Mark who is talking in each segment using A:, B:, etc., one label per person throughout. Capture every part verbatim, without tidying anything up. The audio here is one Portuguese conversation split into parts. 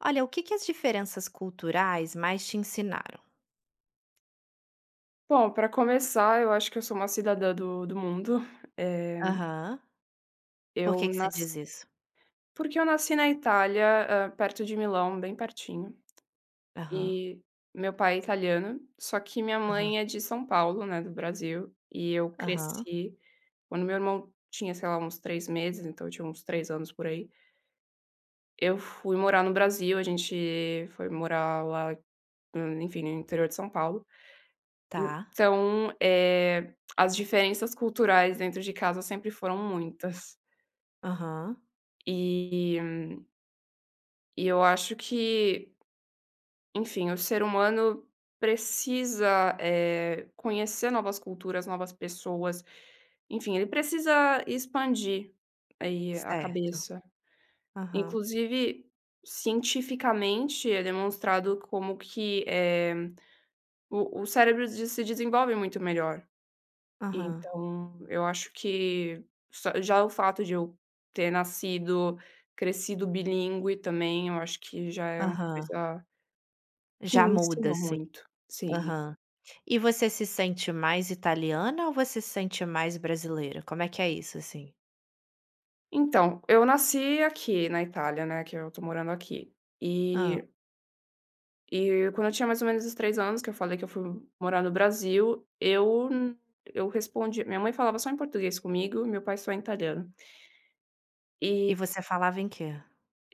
A: Olha, o que que as diferenças culturais mais te ensinaram?
B: Bom, para começar, eu acho que eu sou uma cidadã do do mundo. Eh,
A: Aham. Por
B: eu
A: que que você diz
B: nasci
A: isso?
B: porque eu nasci na Itália, hã, perto de Milão, bem pertinho,
A: Aham,
B: e meu pai é italiano, só que minha
A: aham,
B: mãe é de São Paulo, né, do Brasil, e eu
A: aham.
B: cresci quando meu irmão tinha, sei lá, uns três meses, então eu tinha uns três anos por aí, eu fui morar no Brasil, a gente foi morar lá, hum, enfim, no interior de São Paulo.
A: Tá.
B: Então, eh, as diferenças culturais dentro de casa sempre foram muitas.
A: Aham.
B: E e eu acho que, enfim, o ser humano precisa, eh, conhecer novas culturas, novas pessoas. Enfim, ele precisa expandir aí a
A: Certo.
B: cabeça.
A: Aham,
B: Inclusive, cientificamente é demonstrado como que, eh, o o cérebro de se desenvolve muito melhor.
A: aham,
B: Então, eu acho que só já o fato de eu ter nascido, crescido bilíngue também, eu acho que já é uma
A: aham.
B: coisa que
A: Já
B: me
A: muda,
B: ensinou
A: assim.
B: muito. Sim.
A: Aham. E você se sente mais italiana ou você se sente mais brasileira? Como é que é isso, assim?
B: Então, eu nasci aqui na Itália, né, que eu tô morando aqui.
A: Hã.
B: E e quando eu tinha mais ou menos os três anos, que eu falei que eu fui morar no Brasil, eu eu respondi minha mãe falava só em português comigo, meu pai só em italiano. E
A: E você falava em quê?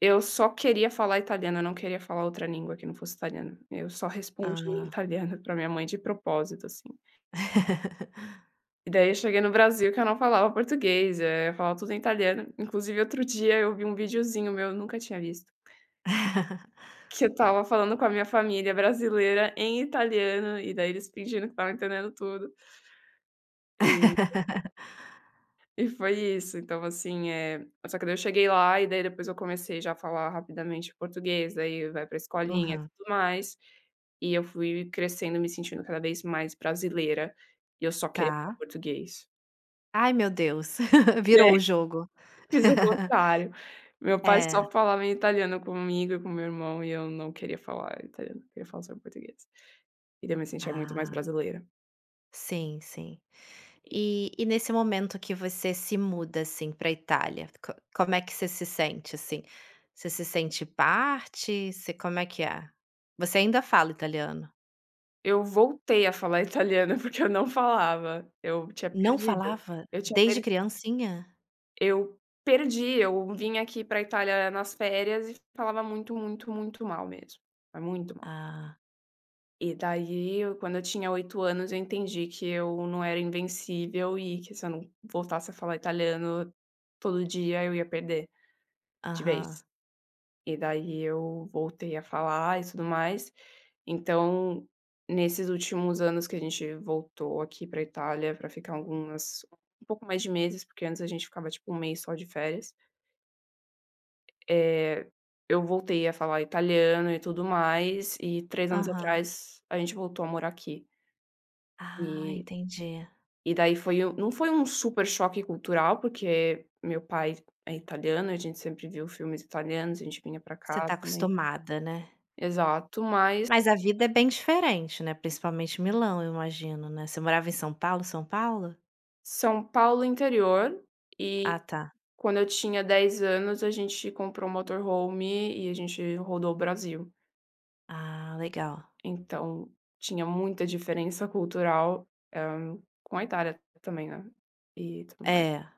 B: Eu só queria falar italiano, eu não queria falar outra língua que não fosse italiano. Eu só respondi em
A: Ah.
B: italiano pra minha mãe de propósito, assim. E daí eu cheguei no Brasil que eu não falava português, eh, eu falava tudo em italiano. Inclusive, outro dia eu vi um videozinho meu, eu nunca tinha visto, que eu estava falando com a minha família brasileira em italiano, e daí eles fingindo que estavam entendendo tudo. E E foi isso, então assim, é só que daí eu cheguei lá e daí depois eu comecei já a falar rapidamente português, daí vai pra escolinha e
A: Aham.
B: tudo mais, e eu fui crescendo, me sentindo cada vez mais brasileira, e eu só queria falar
A: Tá.
B: português.
A: Ai, meu Deus,
B: É,
A: virou o jogo.
B: fiz o contrário. Meu pai
A: É.
B: só falava em italiano comigo e com meu irmão e eu não queria falar italiano, eu queria falar só português. E daí eu me sentia muito mais
A: Ah,
B: brasileira.
A: sim, sim. E e nesse momento que você se muda, assim, pra Itália, co como é que você se sente, assim? Você se sente parte? Você como é que é? Você ainda fala italiano?
B: Eu voltei a falar italiano porque eu não falava, eu tinha
A: Não
B: perdido,
A: falava?
B: eu tinha
A: Desde
B: perdido
A: criancinha?
B: Eu perdi, eu vim aqui pra Itália nas férias e falava muito, muito, muito mal mesmo, mas muito mal.
A: Ah,
B: E daí eu quando eu tinha oito anos eu entendi que eu não era invencível e que se eu não voltasse a falar italiano todo dia eu ia perder de vez.
A: aham,
B: E daí eu voltei a falar e tudo mais. Então, nesses últimos anos que a gente voltou aqui pra Itália pra ficar algumas um pouco mais de meses, porque antes a gente ficava tipo um mês só de férias. Eh, eu voltei a falar italiano e tudo mais, e três anos
A: aham.
B: atrás a gente voltou a morar aqui.
A: Ah,
B: E
A: entendi.
B: e daí foi um não foi um super choque cultural, porque meu pai é italiano, a gente sempre viu filmes italianos, a gente vinha pra
A: Você
B: cá
A: tá
B: também.
A: acostumada, né.
B: Exato, mas
A: Mas a vida é bem diferente, né, principalmente Milão, eu imagino, né. Você morava em São Paulo, São Paulo?
B: São Paulo interior, e
A: Ah, tá.
B: quando eu tinha dez anos a gente comprou um motorhome e a gente rodou o Brasil.
A: Ah, legal.
B: Então, tinha muita diferença cultural, hã, com a Itália também, né, e tudo mais.
A: É.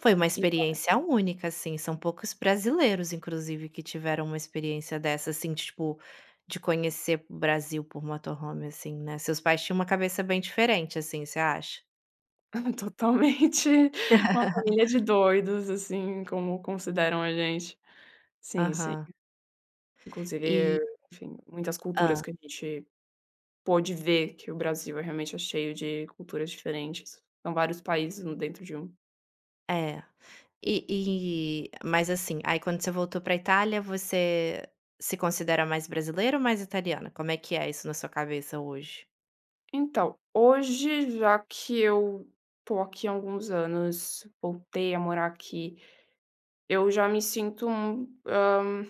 A: Foi uma
B: E
A: experiência única, assim, são poucos brasileiros, inclusive, que tiveram uma experiência dessa, assim, tipo, de conhecer o Brasil por motorhome, assim, né. Seus pais tinham uma cabeça bem diferente, assim, você acha?
B: totalmente uma família de doidos, assim, como consideram a gente. Sim, sim.
A: Aham. E
B: Inclusive, enfim, muitas culturas
A: ah,
B: que a gente pôde ver que o Brasil é realmente é cheio de culturas diferentes. São vários países no dentro de um.
A: é. E e mas, assim, aí quando você voltou pra Itália, você se considera mais brasileira ou mais italiana? Como é que é isso na sua cabeça hoje?
B: Então, hoje, já que eu tô aqui há alguns anos, voltei a morar aqui. Eu já me sinto, um, hã,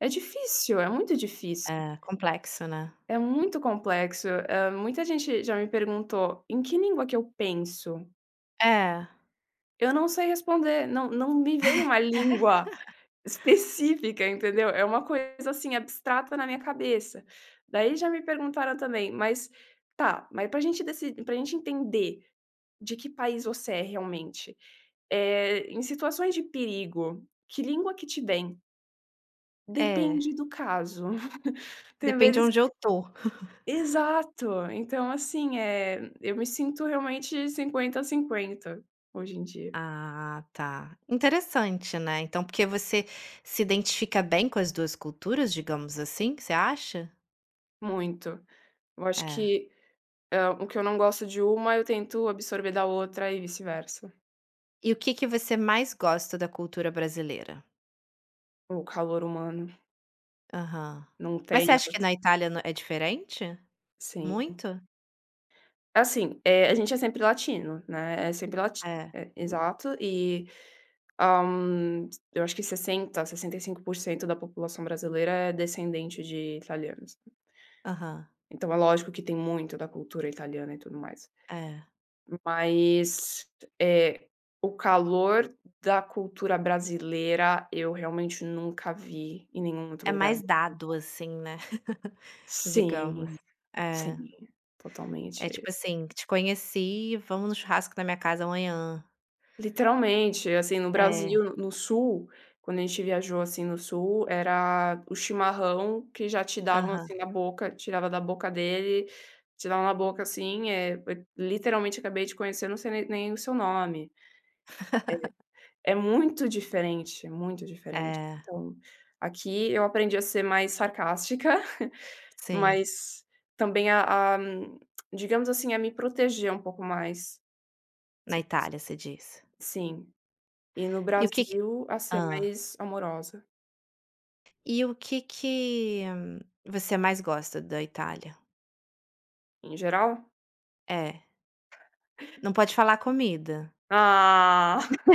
B: é difícil, é muito difícil,
A: É, complexo, né.
B: é muito complexo, hã, muita gente já me perguntou: "Em que língua que eu penso?".
A: É,
B: Eu não sei responder, não não me vem uma língua específica, entendeu? É uma coisa, assim, abstrata na minha cabeça. Daí já me perguntaram também: "Mas tá, mas pra gente deci pra gente entender de que país você é realmente, eh, em situações de perigo, que língua que te vem?".
A: é.
B: Depende do caso. Tem
A: Depende de
B: vezes
A: onde eu
B: que
A: tô.
B: Exato. Então, assim, é eu me sinto realmente cinquenta a cinquenta hoje em dia,
A: Ah, tá. Interessante, né. Então, porque você se identifica bem com as duas culturas, digamos assim, você acha?
B: muito. Eu acho
A: É.
B: que, hã, o que eu não gosto de uma, eu tento absorver da outra e vice-versa.
A: E o que que você mais gosta da cultura brasileira?
B: O calor humano,
A: Aham.
B: não
A: Mas
B: tem
A: você acha que
B: outra.
A: na Itália no é diferente?
B: Sim.
A: Muito?
B: Assim, eh, a gente é sempre latino, né, é sempre lati
A: É.
B: é, exato. E, hã, eu acho que sessenta sessenta e cinco por cento da população brasileira é descendente de italianos.
A: Aham.
B: Então é lógico que tem muito da cultura italiana e tudo mais.
A: É.
B: Mas, é o calor da cultura brasileira eu realmente nunca vi em nenhum outro
A: É
B: lugar.
A: mais dado, assim, né, digamos.
B: Sim,
A: É.
B: sim,
A: É
B: totalmente.
A: tipo assim: "Te conheci, vamos no churrasco na minha casa amanhã".
B: Literalmente, assim, no
A: É.
B: Brasil, no no sul, quando a gente viajou, assim, no sul, era o chimarrão que já te davam,
A: Aham.
B: assim, na boca, tirava da boca dele, te davam na boca, assim, é eu literalmente acabei de conhecer, não sei nem nem o seu nome. É muito diferente, muito diferente.
A: É.
B: Então, aqui eu aprendi a ser mais sarcástica,
A: Sim.
B: mas também a a hum, digamos assim, a me proteger um pouco mais. Se
A: Na
B: eu fosse
A: Itália, você diz.
B: Sim. E no
A: E o que que
B: Brasil, a ser
A: hã.
B: mais amorosa.
A: E o que que hum, você mais gosta da Itália?
B: Em geral?
A: É, não pode falar comida.
B: Ah,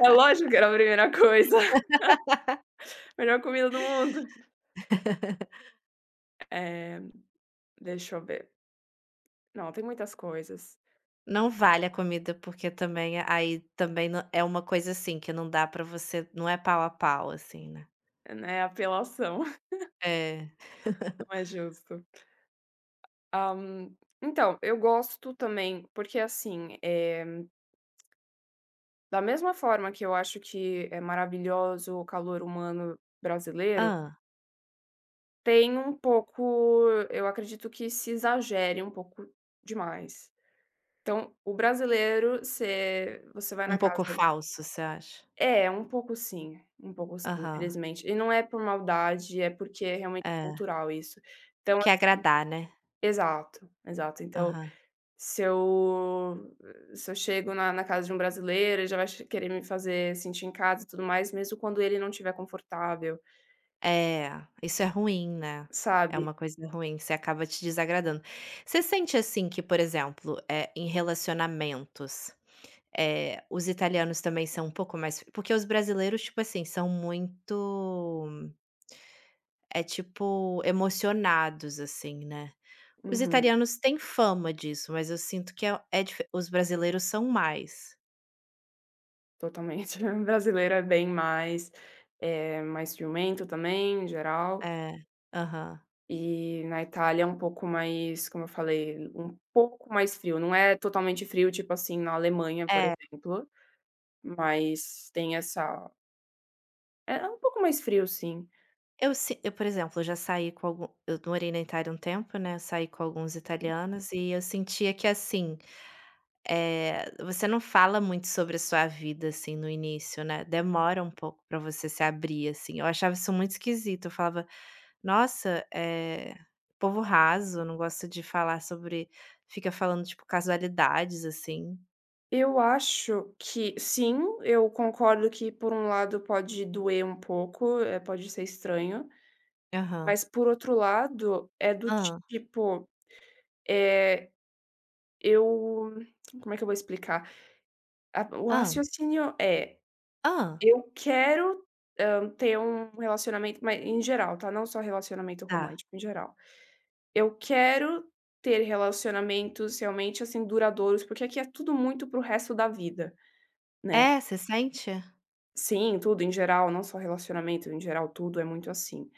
B: é lógico que era a primeira coisa. Melhor comida do mundo. É. Deixa eu ver. Não, tem muitas coisas,
A: Não vale a comida, porque também é, aí também não é uma coisa, assim, que não dá pra você não é pau a pau, assim, né.
B: né, apelação,
A: É.
B: não é justo. Hã, então, eu gosto também, porque assim, eh, da mesma forma que eu acho que é maravilhoso o calor humano brasileiro,
A: ah,
B: tem um pouco eu acredito que se exagere um pouco demais. Então, o brasileiro, você você vai
A: Um
B: na
A: pouco
B: casa.
A: falso, você acha?
B: É, um pouco sim, um pouco sim,
A: Aham.
B: infelizmente. E não é por maldade, é porque realmente é
A: É.
B: cultural isso. Então,
A: Quer
B: assim,
A: agradar, né.
B: exato, exato. Então,
A: Aham.
B: Se eu se eu chego na na casa de um brasileiro, ele já vai che querer me fazer sentir em casa e tudo mais, mesmo quando ele não estiver confortável,
A: É, isso é ruim, né. É
B: sabe?
A: uma coisa ruim, você acaba te desagradando. Você sente, assim, que, por exemplo, é em relacionamentos. Eh, os italianos também são um pouco mais porque os brasileiros, tipo assim, são muito, é tipo, emocionados, assim, né. Os
B: Uhum,
A: italianos têm fama disso, mas eu sinto que é é dife os brasileiros são mais.
B: totalmente. O Brasileiro é bem mais, é mais ciumento também, em geral.
A: É, aham.
B: E na Itália é um pouco mais, como eu falei, um pouco mais frio. Não é totalmente frio, tipo assim, na Alemanha, por exemplo, mas tem essa, é é um pouco mais frio, sim.
A: Eu si eu, por exemplo, eu já saí com algum eu morei na Itália um tempo, né, saí com alguns
B: Hum.
A: italianos e eu sentia que, assim. Eh, você não fala muito sobre a sua vida, assim, no início, né, demora um pouco pra você se abrir, assim. Eu achava isso muito esquisito, eu falava: "Nossa, eh, povo raso, não gosta de falar sobre" fica falando, tipo, casualidades, assim.
B: Eu acho que sim, eu concordo que por um lado pode doer um pouco, eh, pode ser estranho,
A: Aham.
B: mas por outro lado, é do
A: Ah,
B: tipo, eh, eu como é que eu vou explicar? A o
A: ah,
B: raciocínio é.
A: ah.
B: Eu quero, hã, ter um relacionamento mas em geral, tá, não só relacionamento
A: Tá.
B: romântico, em geral. Eu quero ter relacionamentos realmente, assim, duradouros, porque aqui é tudo muito para o resto da vida, né.
A: É, você sente?
B: Sim, tudo em geral, não só relacionamento, em geral tudo é muito assim.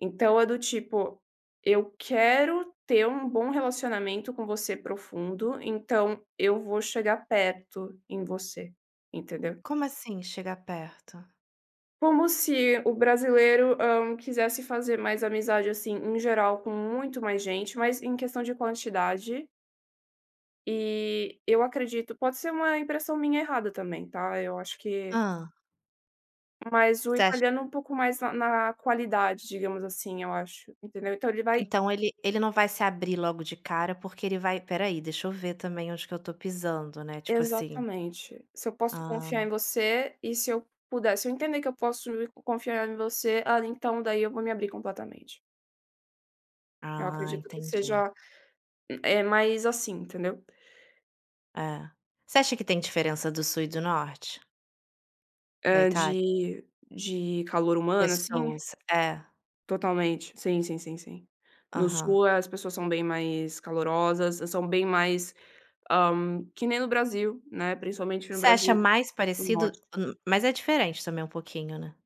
B: Então é do tipo, eu quero ter um bom relacionamento com você profundo, então eu vou chegar perto em você, entendeu?
A: Como assim chegar perto?
B: Como se o brasileiro, hã, quisesse fazer mais amizade, assim, em geral, com muito mais gente, mas em questão de quantidade, e eu acredito pode ser uma impressão minha errada também, tá, eu acho que
A: Ah,
B: mas o
A: você acha
B: italiano é um pouco mais na na qualidade, digamos assim, eu acho, entendeu? Então ele vai
A: então ele ele não vai se abrir logo de cara, porque ele vai: "Espera aí, deixa eu ver também onde que eu tô pisando", né, tipo assim.
B: Exatamente. Se eu posso confiar em
A: Ah,
B: você e se eu puder se eu entender que eu posso me confiar em você, ah, então daí eu vou me abrir completamente. Eu
A: ah,
B: acredito que
A: entendi.
B: seja, eh, mais assim, entendeu?
A: É. Você acha que tem diferença do sul e do norte da
B: Hã,
A: Itália?
B: de de calor humano, assim?
A: Pessoas, é,
B: Totalmente. Sim, sim, sim, sim. No
A: aham.
B: sul, as pessoas são bem mais calorosas, são bem mais, hã, que nem no Brasil, né, principalmente no
A: Você acha
B: Brasil
A: mais
B: do
A: parecido,
B: norte.
A: hum, mas é diferente também um pouquinho, né,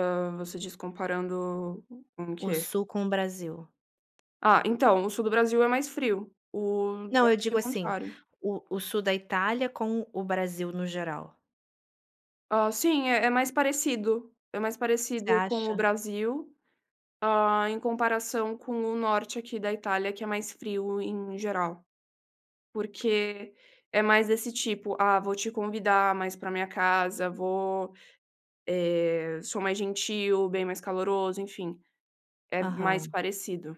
B: Hã, você diz comparando com o
A: o
B: quê?
A: sul com o Brasil.
B: Ah, então, o sul do Brasil é mais frio, o
A: Não, eu
B: aqui é
A: digo
B: o
A: assim,
B: contrário.
A: o o sul da Itália com o Brasil no geral.
B: Hã, sim, é é mais parecido, é mais
A: Você
B: parecido com o
A: acha?
B: Brasil, hã, em comparação com o norte aqui da Itália, que é mais frio em geral. Porque é mais desse tipo: "Ah, vou te convidar mais pra minha casa, vou, eh, sou mais gentil, bem mais caloroso", enfim, é mais
A: Aham.
B: parecido.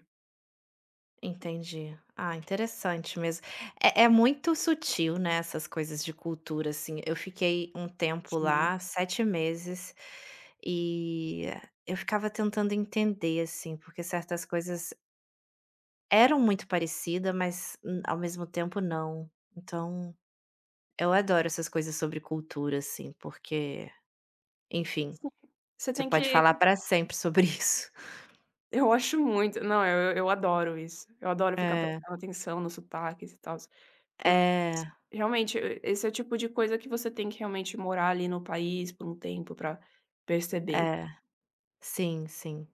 A: Entendi. Ah, interessante mesmo. É, é muito sutil, né, essas coisas de cultura, assim. Eu fiquei um tempo
B: Sim,
A: lá, sete meses, e eu ficava tentando entender, assim, porque certas coisas eram muito parecida, mas n- ao mesmo tempo não. Então, eu adoro essas coisas sobre cultura, assim, porque, enfim,
B: sim. Você
A: você
B: tem
A: pode
B: que
A: falar para sempre sobre isso.
B: eu acho muito. Não, eu eu adoro isso. Eu adoro ficar
A: É,
B: prestando atenção nos sotaques e tals, por
A: é,
B: realmente, e esse é o tipo de coisa que você tem que realmente morar ali no país por um tempo pra perceber.
A: é. Sim, sim.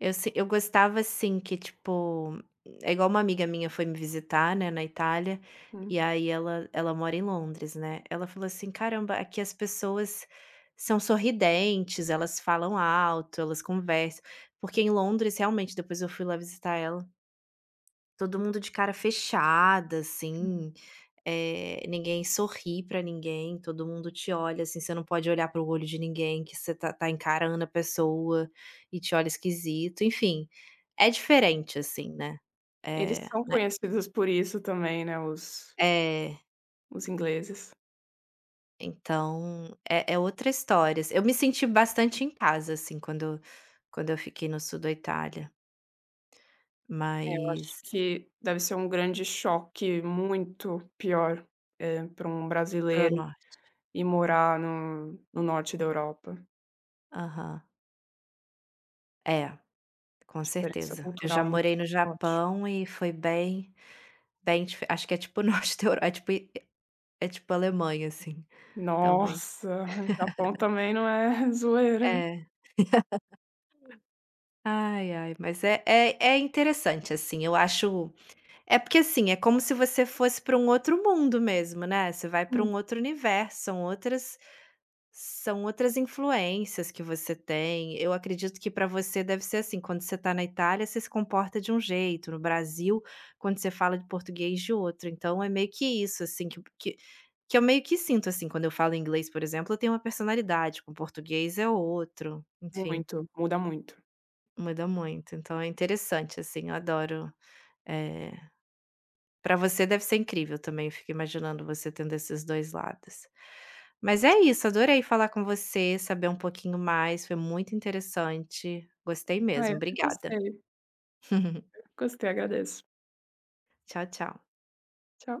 A: Eu se eu gostava assim que, tipo é igual uma amiga minha foi me visitar, né, na Itália, e
B: Hum.
A: aí ela ela mora em Londres, né, ela falou assim: "Caramba, aqui as pessoas são sorridentes, elas falam alto, elas conversam", porque em Londres realmente, depois eu fui lá visitar ela, todo mundo de cara fechada, assim, eh, ninguém sorri pra ninguém, todo mundo te olha, assim, você não pode olhar para o olho de ninguém, que você tá tá encarando a pessoa e te olha esquisito, enfim, é diferente, assim, né.
B: Eles
A: Eh,
B: são
A: né,
B: conhecidos por isso também, né, os
A: é,
B: os ingleses.
A: então é é outra história, assim. Eu me senti bastante em casa, assim, quando quando eu fiquei no sul da Itália,
B: É, eu acho
A: mas
B: que deve ser um grande choque muito pior, eh, para um
A: para o
B: brasileiro
A: norte
B: ir morar no no norte da Europa.
A: aham, é.
B: A
A: Com
B: diferença
A: certeza. Eu já
B: cultural é muito
A: morei no
B: mais forte.
A: Japão e foi bem bem dife acho que é tipo norte da Euro é tipo é tipo Alemanha, assim, talvez.
B: Nossa, Japão também não é zoeira.
A: É. Ai, ai, mas é é é interessante, assim, eu acho é porque, assim, é como se você fosse para um outro mundo mesmo, né, você vai para
B: Hum,
A: um outro universo, são outras. São outras influências que você tem. Eu acredito que para você deve ser assim, quando você está na Itália, você se comporta de um jeito, no Brasil, quando você fala de português, de outro. Então é meio que isso, assim, que que que eu meio que sinto, assim, quando eu falo inglês, por exemplo, eu tenho uma personalidade, com português é outro, enfim,
B: Muito, muda muito.
A: muda muito. Então é interessante, assim, eu adoro, eh, para você deve ser incrível também, eu fico imaginando você tendo esses dois lados. Mas é isso, adorei falar com você, saber um pouquinho mais, foi muito interessante, gostei
B: Ah,
A: mesmo,
B: eu que
A: obrigada.
B: gostei. Eu que gostei, agradeço.
A: Tchau, tchau.
B: Tchau.